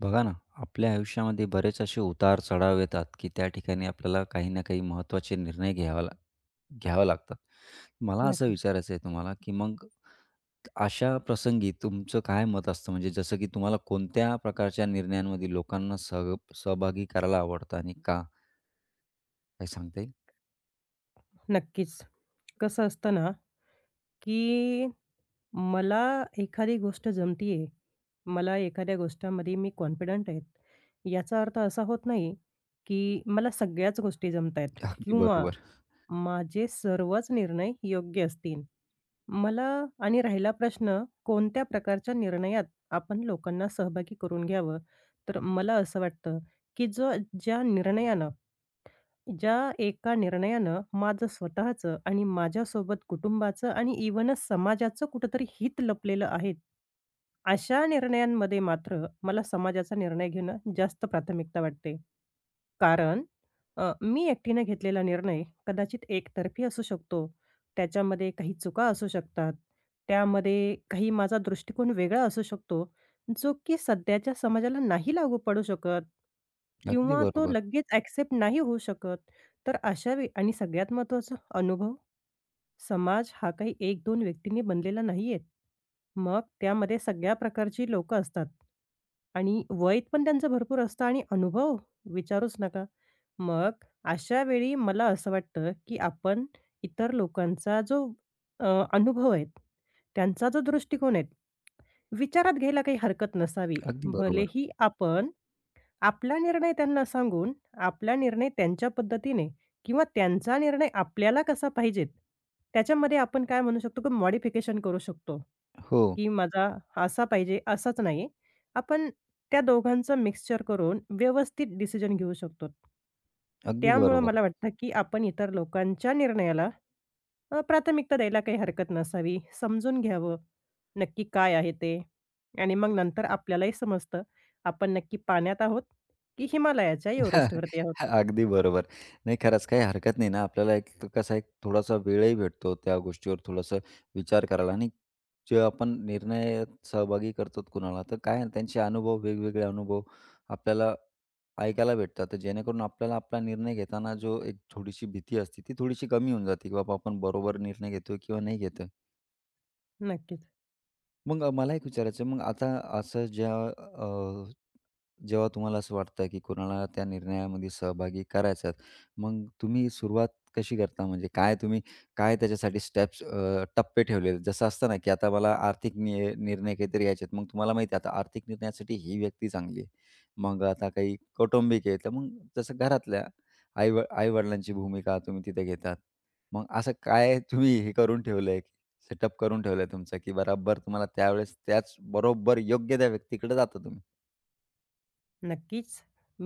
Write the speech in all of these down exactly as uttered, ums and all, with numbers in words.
बघा ना, आपल्या आयुष्यामध्ये बरेच असे उतार-चढाव येतात, की त्या ठिकाणी आपल्याला काही ना काही महत्त्वाचे निर्णय घ्यावा ला घ्यावा लागतात. मला असं नक्कीच, विचारायचं आहे तुम्हाला, की मग अशा प्रसंगी तुमचं काय मत असतं? म्हणजे जसं की तुम्हाला कोणत्या प्रकारच्या निर्णयांमध्ये लोकांना सह सहभागी करायला आवडतं आणि का? काय सांगता येईल? नक्कीच. कसं असतं ना, की मला एखादी गोष्ट जमती मला एखाद्या गोष्टीमध्ये मी कॉन्फिडंट आहे. याचा अर्थ असा होत नाही, की मला सगळ्याच गोष्टी जमतायत अगदी किंवा बरोबर, माझे सर्वच निर्णय योग्य असतील. मला आणि राहिला प्रश्न कोणत्या प्रकारच्या निर्णयात आपण लोकांना सहभागी करून घ्यावं? तर मला असं वाटतं, की जो ज्या निर्णयानं ज्या एका निर्णयानं माझं स्वतःचं आणि माझ्यासोबत कुटुंबाचं आणि इव्हनच समाजाचं कुठेतरी हित लपलेलं आहे. अशा निर्णयांमध्ये मात्र मला समाजाचा निर्णय घेणं जास्त प्राथमिकता वाटते. कारण अ, मी एकटीने घेतलेला निर्णय कदाचित एकतर्फी असू शकतो. त्याच्यामध्ये काही चुका असू शकतात. त्यामध्ये काही माझा दृष्टिकोन वेगळा असू शकतो, जो की सध्याच्या समाजाला नाही लागू पडू शकत अगदी किंवा तो बरोबर, लगेच ॲक्सेप्ट नाही होऊ शकत. तर अशा वेळी आणि सगळ्यात महत्त्वाचं अनुभव. समाज हा काही एक दोन व्यक्तींनी बनलेला नाहीये. मग त्यामध्ये सगळ्या प्रकारची लोकं असतात आणि वय पण त्यांचं भरपूर असतं आणि अनुभव विचारूच नका. मग अशा वेळी मला असं वाटतं, की आपण इतर लोकांचा जो अ, अनुभव आहे, त्यांचा जो दृष्टिकोन आहे, विचारात घ्यायला काही हरकत नसावी. अगदी बरोबर. भलेही आपण आपला निर्णय त्यांना सांगून, आपला निर्णय त्यांच्या पद्धतीने किंवा त्यांचा निर्णय आपल्याला कसा पाहिजेत, त्याच्यामध्ये आपण काय म्हणू शकतो की मॉडिफिकेशन करू शकतो. हो, की माझा असा पाहिजे, असाच नाही. आपण त्या दोघांचं मिक्सचर करून व्यवस्थित डिसिजन घेऊ शकतो. अगदी त्यामुळं बरोबर. मला वाटतं की आपण इतर लोकांच्या निर्णयाला अ, प्राथमिकता द्यायला काही हरकत नसावी. समजून घ्यावं, नक्की काय आहे ते आणि मग नंतर आपल्यालाही समजतं, आपण नक्की पाण्यात आहोत की हिमालयाच्या एव्हरेस्टवरती आहोत. अगदी बरोबर. नाही खरंच काही हरकत नाही ना, आपल्याला एक कसं आहे थोडासा वेळही भेटतो त्या गोष्टीवर थोडासा विचार करायला आणि जे आपण निर्णयात सहभागी करतो कुणाला, तर काय त्यांचे अनुभव, वेगवेगळे अनुभव आपल्याला ऐकायला भेटतात. तर जेणेकरून आपल्याला आपला निर्णय घेताना जो एक थोडीशी भीती असते, ती थोडीशी कमी होऊन जाते, की बाबा आपण बरोबर निर्णय घेतोय किंवा नाही घेतोय. नक्कीच. मग अ, मला एक विचारायचं आहे, मग आता असं ज्या जेव्हा तुम्हाला असं वाटतं, की कोणाला त्या निर्णयामध्ये सहभागी करायचं आहे, मग तुम्ही सुरुवात कशी करता? म्हणजे काय तुम्ही काय त्याच्यासाठी स्टेप्स अ, टप्पे ठेवलेले? जसं असतं ना, की आता मला आर्थिक नि निर्णय काहीतरी घ्यायचे आहेत. मग तुम्हाला माहिती आहे आता आर्थिक निर्णयासाठी ही व्यक्ती चांगली आहे. मग आता काही कौटुंबिक आहे, तर मग जसं घरातल्या आई व आई-वडिलांची भूमिका तुम्ही तिथे घेतात. मग असं काय तुम्ही हे करून ठेवलंय, सेटअप करून ठेवलंय तुमचं, की बराबर तुम्हाला त्यावेळेस त्याच बरोबर योग्य त्या व्यक्तीकडे जाता तुम्ही? नक्कीच.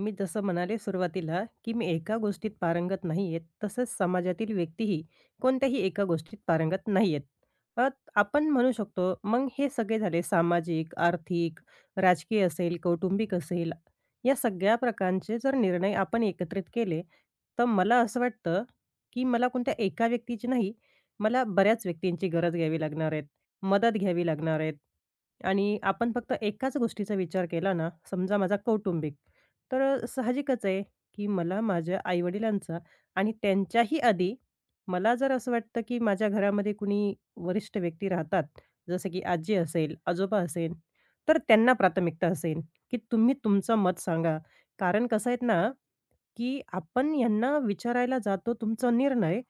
मी जसं म्हणाले सुरुवातीला, की मी एका गोष्टीत पारंगत नाही आहेत, तसंच समाजातील व्यक्तीही कोणत्याही एका गोष्टीत पारंगत नाही आहेत. अ, आपण म्हणू शकतो मग हे सगळे झाले सामाजिक, आर्थिक, राजकीय असेल, कौटुंबिक असेल, या सगळ्या प्रकारचे जर निर्णय आपण एकत्रित केले, तर मला असं वाटतं, की मला कोणत्या एका व्यक्तीची नाही, मला बऱ्याच व्यक्तींची गरज घ्यावी लागणार आहे. मदत घ्यावी लागणार आहेत आणि आपण फक्त एकाच गोष्टीचा विचार केला ना, समजा माझा कौटुंबिक, तर अ, साहजिकच आहे की मला माझ्या आई-वडिलांचा आणि त्यांच्याही आधी मला जर असं वाटतं की माझ्या घरामध्ये कुणी वरिष्ठ व्यक्ती राहतात, जसं की आजी असेल, आजोबा असेल, तर त्यांना प्राथमिकता असेल की तुम्ही तुमचं मत सांगा. कारण कसं आहेत ना, की आपण यांना विचारायला जातो तुमचा निर्णय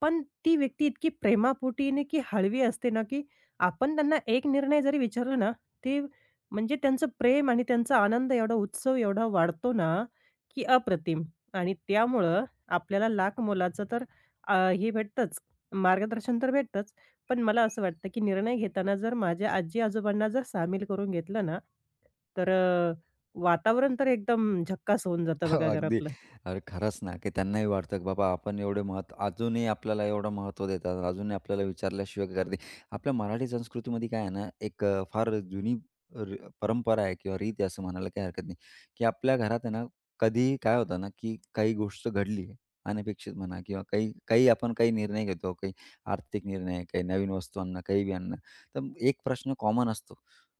पण ती व्यक्ती इतकी प्रेमापोटीने की हळवी असते ना, की आपण त्यांना एक निर्णय जरी विचारला ना, ते म्हणजे त्यांचं प्रेम आणि त्यांचा आनंद एवढा, उत्सव एवढा वाढतो ना, की अप्रतिम. आणि त्यामुळं आपल्याला लाखमोलाचं तर अ, हे भेटतंच, मार्गदर्शन तर भेटतंच. पण मला असं वाटतं, की निर्णय घेताना जर माझ्या आजी-आजोबांना जर सामील करून घेतलं ना, तर अ, वातावरण तर एकदम झक्कास होऊन जातं हो, बघा अगदी. घरातलं. अरे खरंच ना, की त्यांनाही वाटतं, की बाबा आपण एवढे महत्त्व अजूनही आपल्याला एवढं महत्त्व देतात. अजूनही आपल्याला विचारल्याशिवाय करते. आपल्या मराठी संस्कृतीमध्ये काय आहे ना, एक अ, फार जुनी र परंपरा आहे किंवा रीत आहे असं म्हणायला काही हरकत नाही, की आपल्या घरात आहे ना, कधीही काय होतं ना, की काही गोष्ट घडली अनपेक्षित म्हणा किंवा काही काही आपण काही निर्णय घेतो, काही आर्थिक निर्णय, काही नवीन वस्तू आणणं, काही बी आणणं. तर एक प्रश्न कॉमन असतो.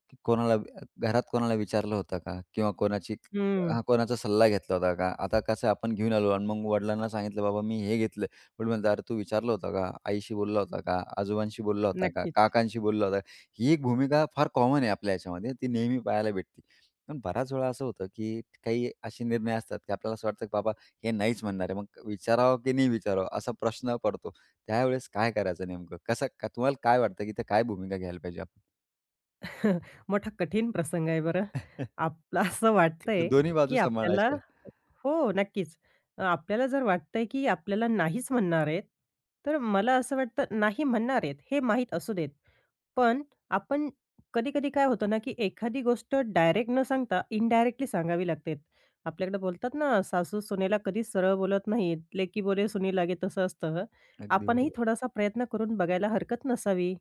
की कोणाला वि- घरात कोणाला विचारलं होतं का? किंवा कोणाची हं, हां, कोणाचा सल्ला घेतला होता का? आता कसं आपण घेऊन आलो आणि मग वडिलांना सांगितलं, "बाबा मी हे घेतलं." वडील म्हणतात, "अरे तू विचारलं होतं का? आईशी बोलला होता का? आजोबांशी बोलला होता का? नक्कीच. काकांशी बोलला होता का?" ही एक भूमिका फार कॉमन आहे आपल्या ह्याच्यामध्ये. ती नेहमी पाहायला भेटते. पण बऱ्याच वेळा असं होतं, की काही असे निर्णय असतात, की आपल्याला असं वाटतं, की बाबा हे नाहीच म्हणणार आहे. मग विचारावं की नाही विचारावं असा प्रश्न पडतो. त्यावेळेस काय करायचं नेमकं? कसं का तुम्हाला काय वाटतं, की इथे काय भूमिका घ्यायला पाहिजे आपण? मोठा कठीण प्रसंग आहे बरं. आपलं असं वाटतंय, दोन्ही बाजू की आपल्याला सांभाळायच्या. हो, नक्कीच. अ, आपल्याला जर वाटतंय की आपल्याला नाहीच म्हणणार आहेत, तर मला असं वाटतं नाही म्हणणार आहेत हे माहीत असू देत. पण आपण कधी-कधी काय होतं ना, की एखादी गोष्ट डायरेक्ट न सांगता इनडायरेक्टली सांगावी लागते. आपल्याकडे बोलतात ना, सासू सुनेला कधीच सरळ बोलत नाहीत. "लेकी बोले सुनी लागे" तसं असतं. अगदी आपणही बरोबर. थोडासा प्रयत्न करून बघायला हरकत नसावी.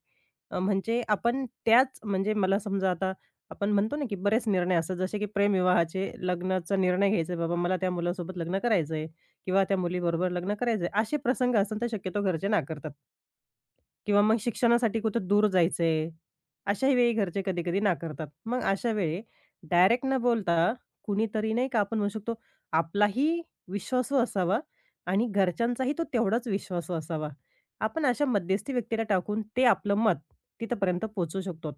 अ, म्हणजे आपण त्याच म्हणजे मला समजा आता आपण म्हणतो ना, की बरेच निर्णय असतात जसे की प्रेमविवाहाचे लग्नाचा निर्णय घ्यायचा आहे बाबा मला त्या मुलासोबत लग्न करायचंय किंवा त्या मुलीबरोबर लग्न करायचंय. असे प्रसंग असतात तर शक्यतो घरचे नाकारतात. किंवा मग शिक्षणासाठी कुठं दूर जायचंय, अशाही वेळी घरचे कधी-कधी नाकारतात. मग अशा वेळी डायरेक्ट न बोलता कुणीतरी नाही का आपण म्हणू शकतो आपलाही विश्वासू असावा आणि घरच्यांचाही तो तेवढाच विश्वासू असावा. आपण अशा मध्यस्थी व्यक्तीला टाकून ते आपलं मत तिथपर्यंत पोहोचवू शकतो.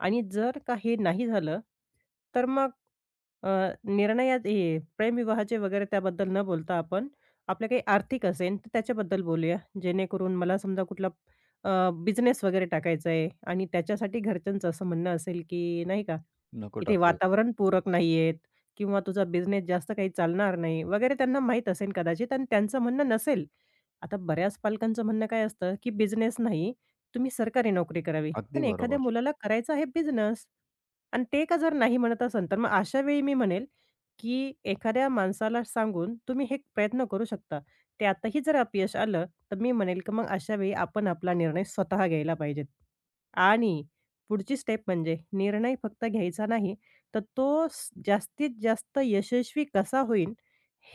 आणि जर का हे नाही झालं, तर मग अ, निर्णयात हे प्रेमविवाहाचे वगैरे त्याबद्दल न बोलता आपण आपल्या काही आर्थिक असेल तर त्याच्याबद्दल बोलूया. जेणेकरून मला समजा कुठला अ, बिझनेस वगैरे टाकायचा आहे आणि त्याच्यासाठी घरच्यांचं असं म्हणणं असेल, की नाही का, नको इथे टाकू. वातावरण पूरक नाहीयेत किंवा तुझा बिझनेस जास्त काही चालणार नाही वगैरे त्यांना माहीत असेल कदाचित आणि त्यांचं म्हणणं नसेल. आता बऱ्याच पालकांचं म्हणणं काय असतं, की बिझनेस नाही, तुम्ही सरकारी नोकरी करावी. अगदी पण एखाद्या बरोबर. मुलाला करायचा आहे बिझनेस. आणि ते का जर नाही म्हणत असेल, तर मग अशा वेळी मी म्हणेल, की एखाद्या माणसाला सांगून तुम्ही हे प्रयत्न करू शकता. त्यातही जर अपयश आलं, तर मी म्हणेल, की मग अशा वेळी आपण आपला निर्णय स्वतः घ्यायला पाहिजेत. आणि पुढची स्टेप म्हणजे निर्णय फक्त घ्यायचा नाही, तर तो स जास्तीत जास्त यशस्वी कसा होईल,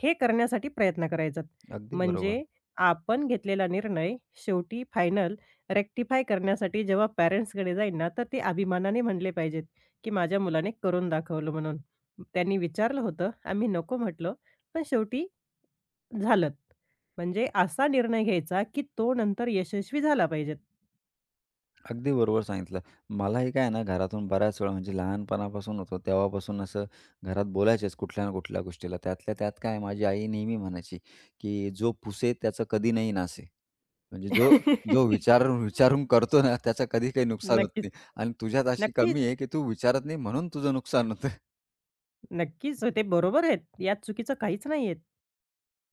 हे करण्यासाठी प्रयत्न करायचात. अगदी बरोबर. म्हणजे आपण घेतलेला निर्णय शेवटी फायनल रेक्टिफाय करण्यासाठी जेव्हा पॅरेंट्सकडे जाईल ना, तर ते अभिमानाने म्हणले पाहिजेत, की माझ्या मुलाने करून दाखवलं म्हणून. त्यांनी विचारलं होतं, आम्ही नको म्हटलं, पण शेवटी झालंच. म्हणजे असा निर्णय घ्यायचा, की तो नंतर यशस्वी झाला पाहिजेत. अगदी बरोबर सांगितलं. मलाही काय आहे ना घरातून बऱ्याच वेळा म्हणजे लहानपणापासून होतो तेव्हापासून असं घरात बोलायचेच कुठल्या ना कुठल्या गोष्टीला. त्यातल्या त्यात काय माझी आई नेहमी म्हणायची, की "जो पुसे त्याचं कधी नाही नासे." म्हणजे जो जो विचारून विचारून करतो ना त्याचं कधी काही नुकसान होत नक्कीच, नाही आणि तुझ्यात अशी नक्कीच, कमी आहे, की तू विचारत नाही म्हणून तुझं नुकसान होतं. नक्कीच. हो, ते बरोबर आहेत. यात चुकीचं काहीच नाहीये.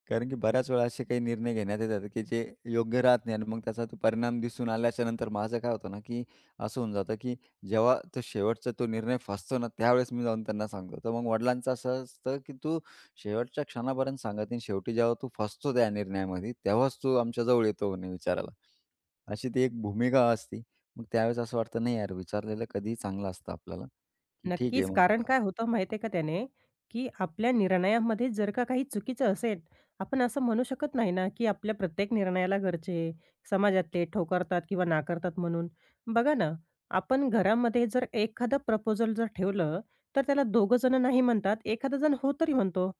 कारण की बऱ्याच वेळा असे काही निर्णय घेण्यात येतात, की जे योग्य राहत नाही आणि मग त्याचा तो परिणाम दिसून आल्याच्या नंतर माझं काय होतं ना, की असं होऊन जातं, की जेव्हा तो शेवटचा तो निर्णय फसतो ना, त्यावेळेस मी जाऊन त्यांना सांगतो. तर मग वडिलांचं असं असतं, की "तू शेवटच्या क्षणापर्यंत सांगत नाही. शेवटी जेव्हा तू फसतो त्या निर्णयामध्ये, तेव्हाच तू आमच्याजवळ येतो म्हणे विचारायला." अशी ती एक भूमिका असते. मग त्यावेळेस असं वाटतं, "नाही यार, विचारलेलं कधीही चांगलं असतं आपल्याला, की ठीक आहे नक्कीच. मग." कारण काय होतं माहिती आहे का त्याने, की आपल्या निर्णयामध्ये जर का काही चुकीचं असेल, आपण असं म्हणू शकत नाही ना, की आपल्या प्रत्येक निर्णयाला घरचे, समाजातले ठोकरतात किंवा नाकारतात म्हणून. बघा ना, आपण घरामध्ये जर एखादं प्रपोजल जर ठेवलं, तर त्याला दोघं जण नाही म्हणतात, एखादा जण हो तरी म्हणतो.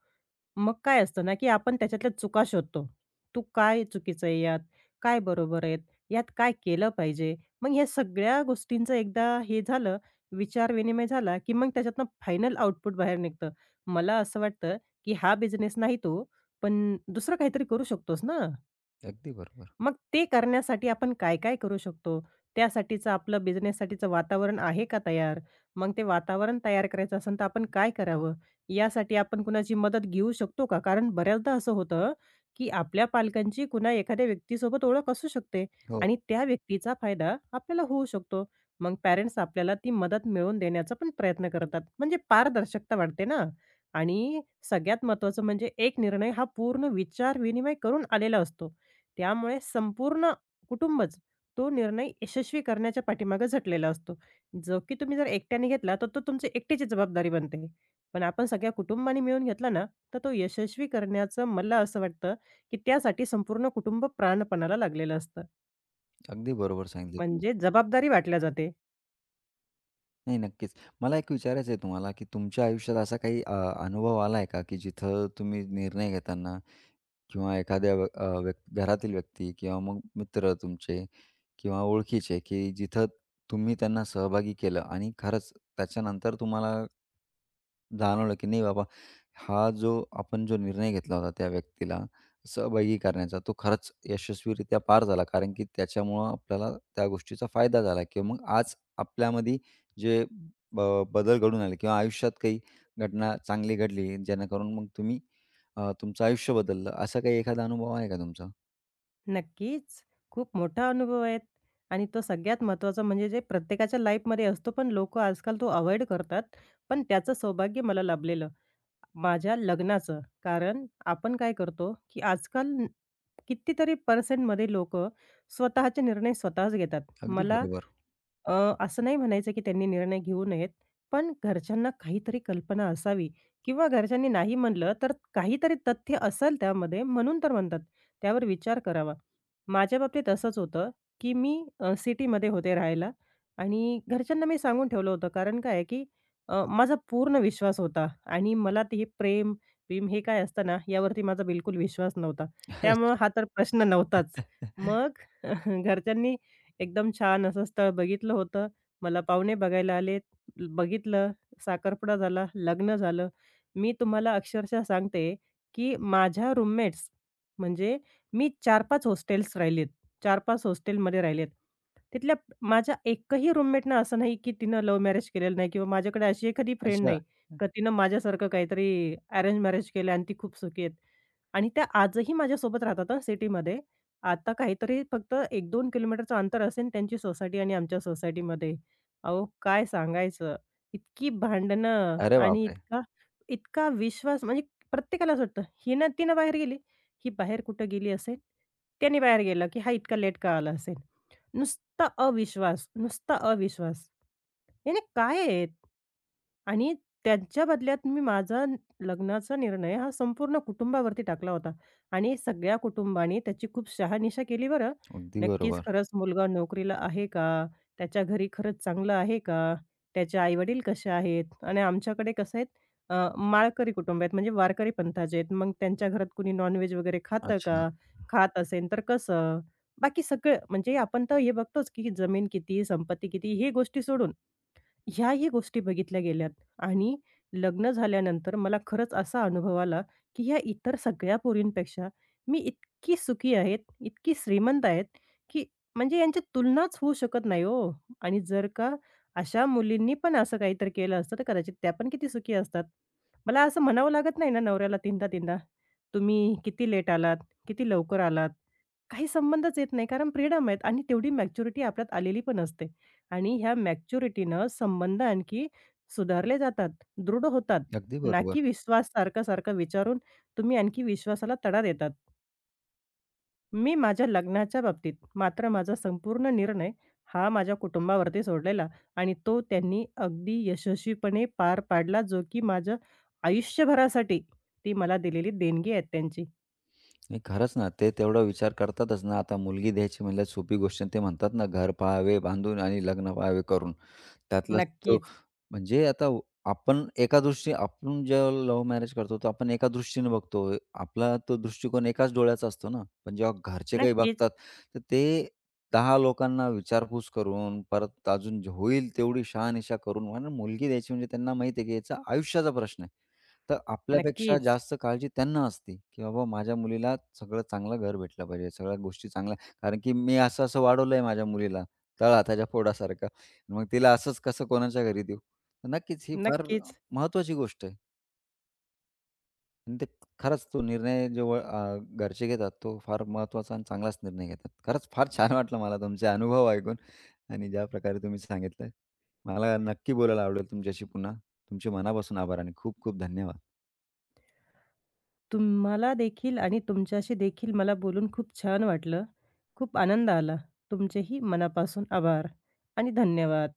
मग काय असतं ना, की आपण त्याच्यातल्या चुका शोधतो. तू काय चुकीचं आहे यात? काय बरोबर आहेत? यात काय केलं पाहिजे? मग ह्या सगळ्या गोष्टींचं एकदा हे झालं, विचार-विनिमय झाला, की मग त्याच्यातनं फायनल आउटपुट बाहेर निघतं. मला असं वाटतं, की हा बिझनेस नाही तो, पण दुसरं काहीतरी करू शकतोस ना. अगदी बरोबर. मग ते करण्यासाठी आपण काय-काय करू शकतो? त्यासाठीचं आपलं बिझनेससाठीचं वातावरण आहे का तयार? मग ते वातावरण तयार करायचं असेल तर आपण काय करावं? यासाठी आपण कुणाची मदत घेऊ शकतो का? कारण बऱ्याचदा असं होतं, की आपल्या पालकांची कुणा एखाद्या व्यक्तीसोबत ओळख असू शकते हो, आणि त्या व्यक्तीचा फायदा आपल्याला होऊ शकतो. मग पॅरेंट्स आपल्याला ती मदत मिळवून देण्याचा पण प्रयत्न करतात. म्हणजे पारदर्शकता वाढते ना आणि सगळ्यात महत्त्वाचं म्हणजे एक निर्णय हा पूर्ण विचार-विनिमय करून आलेला असतो. त्यामुळे संपूर्ण कुटुंबच तो निर्णय यशस्वी करण्याच्या पाठीमागे झटलेला असतो. जो की तुम्ही जर एकट्याने घेतला, तर तो तुमची एकट्याची जबाबदारी बनते. पण आपण सगळ्या कुटुंबाने मिळून घेतला ना, तर तो यशस्वी करण्याचं मला असं वाटतं, की त्यासाठी संपूर्ण कुटुंब प्राणपणाला लागलेलं असतं. अगदी बरोबर सांगितलं तुम्ही. म्हणजे जबाबदारी वाटल्या जाते. नाही, नक्कीच. मला एक विचारायचं आहे तुम्हाला, की तुमच्या आयुष्यात असा काही अ, अनुभव आलाय का, की जिथं तुम्ही निर्णय घेताना किंवा एखाद्या व्य अ, व्यक्ती घरातील व्यक्ती किंवा मग मित्र तुमचे किंवा ओळखीचे, की जिथं तुम्ही त्यांना सहभागी केलं आणि खरंच त्याच्यानंतर तुम्हाला जाणवलं, की नाही बाबा, हा जो आपण जो निर्णय घेतला होता त्या व्यक्तीला सहभागी करण्याचा, तो खरंच यशस्वीरित्या पार झाला. कारण की त्याच्यामुळं आपल्याला त्या गोष्टीचा फायदा झाला किंवा मग आज आपल्यामध्ये जे ब बदल घडून आले किंवा आयुष्यात काही घटना चांगली घडली, जेणेकरून मग तुम्ही अ, तुमचं आयुष्य बदललं. असा काही एखादा अनुभव आहे का तुमचा? नक्कीच. खूप मोठा अनुभव आहे आणि तो सगळ्यात महत्त्वाचा म्हणजे जे प्रत्येकाच्या लाईफमध्ये असतो, पण लोकं आजकाल तो अव्हॉइड करतात. पण त्याचं सौभाग्य मला लाभलेलं. माझ्या लग्नाचं. कारण आपण काय करतो, की आजकाल कितीतरी पर्सेंटमध्ये लोक स्वतःचे निर्णय स्वतःच घेतात. अगदी मला बरोबर. अ, असं नाही म्हणायचं की त्यांनी निर्णय घेऊ नयेत, पण घरच्यांना काहीतरी कल्पना असावी किंवा घरच्यांनी नाही म्हणलं, तर काहीतरी तथ्य असेल त्यामध्ये म्हणून तर म्हणतात. त्यावर विचार करावा. माझ्या बाबतीत असंच होतं, की मी अ, सिटीमध्ये होते राहायला आणि घरच्यांना मी सांगून ठेवलं होतं. कारण काय आहे की अ, माझा पूर्ण विश्वास होता आणि मला ते हे प्रेम-बिम हे काय असतं ना, यावरती माझा बिलकुल विश्वास नव्हता. त्यामुळं अच्छा. हा तर प्रश्न नव्हताच. मग घरच्यांनी एकदम छान असं स्थळ बघितलं होतं. मला पाहुणे बघायला आले, बघितलं, साखरपुडा झाला, लग्न झालं. मी तुम्हाला अक्षरशः सांगते, की माझ्या रूममेट्स म्हणजे मी चार पाच हॉस्टेल्स राहिलेत. चार पाच हॉस्टेलमध्ये राहिलेत. तिथल्या माझ्या एकही रूममेटनं असं नाही, की तिनं लव्ह मॅरेज केलेलं नाही किंवा माझ्याकडे अशी एखादी फ्रेंड अच्छा. नाही, का तिनं माझ्यासारखं काहीतरी अरेंज मॅरेज केलं आणि ती खूप सुखी आहेत. आणि त्या आजही माझ्यासोबत राहतात सिटीमध्ये. आता काहीतरी फक्त एक दोन किलोमीटरचं अंतर असेल त्यांची सोसायटी आणि आमच्या सोसायटीमध्ये. अहो, काय सांगायचं. इतकी भांडणं अरे आणि बापरे! इतका इतका विश्वास म्हणजे प्रत्येकालाच वाटतं, हिनं तिनं बाहेर गेली, ही बाहेर कुठं गेली असेल? त्याने बाहेर गेला, की हा इतका लेट का आला असेल? नुसता अविश्वास, नुसता अविश्वास. याने काय आहेत? आणि त्यांच्या बदल्यात मी माझा लग्नाचा निर्णय हा संपूर्ण कुटुंबावरती टाकला होता. आणि सगळ्या कुटुंबाने त्याची खूप शहानिशा केली बरं. अगदी नक्कीच बरोबर. खरंच मुलगा नोकरीला आहे का? त्याच्या घरी खरंच चांगलं आहे का? त्याचे आई कसे आहेत? आणि आमच्याकडे कसं आहेत अ, माळकरी कुटुंब आहेत म्हणजे वारकरी पंथाचे आहेत. मग त्यांच्या घरात कुणी नॉन वगैरे खातं का? अच्छा. खात असेल तर कसं? बाकी सगळं म्हणजे आपण तर हे बघतोच की जमीन किती, संपत्ती किती हे गोष्टी सोडून ह्याही गोष्टी बघितल्या गेल्यात आणि लग्न झाल्यानंतर मला खरंच असा अनुभव आला, की ह्या इतर सगळ्या पोरींपेक्षा मी इतकी सुखी आहेत, इतकी श्रीमंत आहेत, की म्हणजे यांची तुलनाच होऊ शकत नाही हो. आणि जर का अशा मुलींनी पण असं काहीतरी केलं असतं, तर कदाचित त्या पण किती सुखी असतात. मला असं म्हणावं लागत नाही ना नवऱ्याला तीनदा-तीनदा, "तुम्ही किती लेट आलात? किती लवकर आलात?" काही संबंधच येत नाही कारण फ्रीडम आहेत आणि तेवढी मॅच्युरिटी आपल्यात आलेली पण असते. आणि ह्या मॅच्युरिटीनं संबंध आणखी सुधारले जातात, दृढ होतात. अगदी ना बरोबर. की विश्वास सारखा-सारखा विचारून तुम्ही आणखी विश्वासाला तडा देतात. मी माझ्या लग्नाच्या बाबतीत मात्र माझा संपूर्ण निर्णय हा माझ्या कुटुंबावरती सोडलेला आणि तो त्यांनी अगदी यशस्वीपणे पार पाडला, जो की माझ्या आयुष्यभरासाठी ती मला दिलेली देणगी आहे त्यांची. नाही खरंच ना, ते तेवढा विचार करतातच ना. आता मुलगी द्यायची म्हणल्यावर सोपी गोष्ट नाही. ते म्हणतात ना, घर पहावे बांधून आणि लग्न पहावे करून. त्यातलाच तो नक्कीच, म्हणजे आता व- आपण एका दृष्टी आपण जेव्हा लव्ह मॅरेज करतो, तर आपण एका दृष्टीने बघतो. आपला तो दृष्टिकोन एकाच डोळ्याचा असतो ना. पण जेव्हा घरचे काही नक्कीच, बघतात, तर ते दहा लोकांना विचारपूस करून, परत अजून जे होईल तेवढी शहानिशा करून, म्हणून मुलगी द्यायची म्हणजे त्यांना माहिती आहे की याचा आयुष्याचा प्रश्न आहे. तर आपल्यापेक्षा नक्कीच, जास्त काळजी त्यांना असते, की बाबा माझ्या मुलीला सगळं चांगलं घर भेटलं पाहिजे, सगळ्या गोष्टी चांगल्या कारण की मी असं-असं वाढवलंय माझ्या मुलीला तळहाताच्या फोडासारखं. मग तिला असंच कसं कोणाच्या घरी देऊ? तर नक्कीच ही फार नक्कीच. महत्त्वाची गोष्ट आहे आणि ते खरंच तो निर्णय जेव्हा अ, घरचे घेतात तो फार महत्त्वाचा आणि चांगलाच निर्णय घेतात. खरंच फार छान वाटलं मला तुमचे अनुभव ऐकून आणि ज्या प्रकारे तुम्ही सांगितलं. मला नक्की बोलायला आवडेल तुमच्याशी पुन्हा. तुमचे मनापासून आभार आणि खूप खूप धन्यवाद. तुम्हाला देखील आणि तुमच्याशी देखील मला बोलून खूप छान वाटलं. खूप आनंद आला. तुमचेही मनापासून आभार आणि धन्यवाद.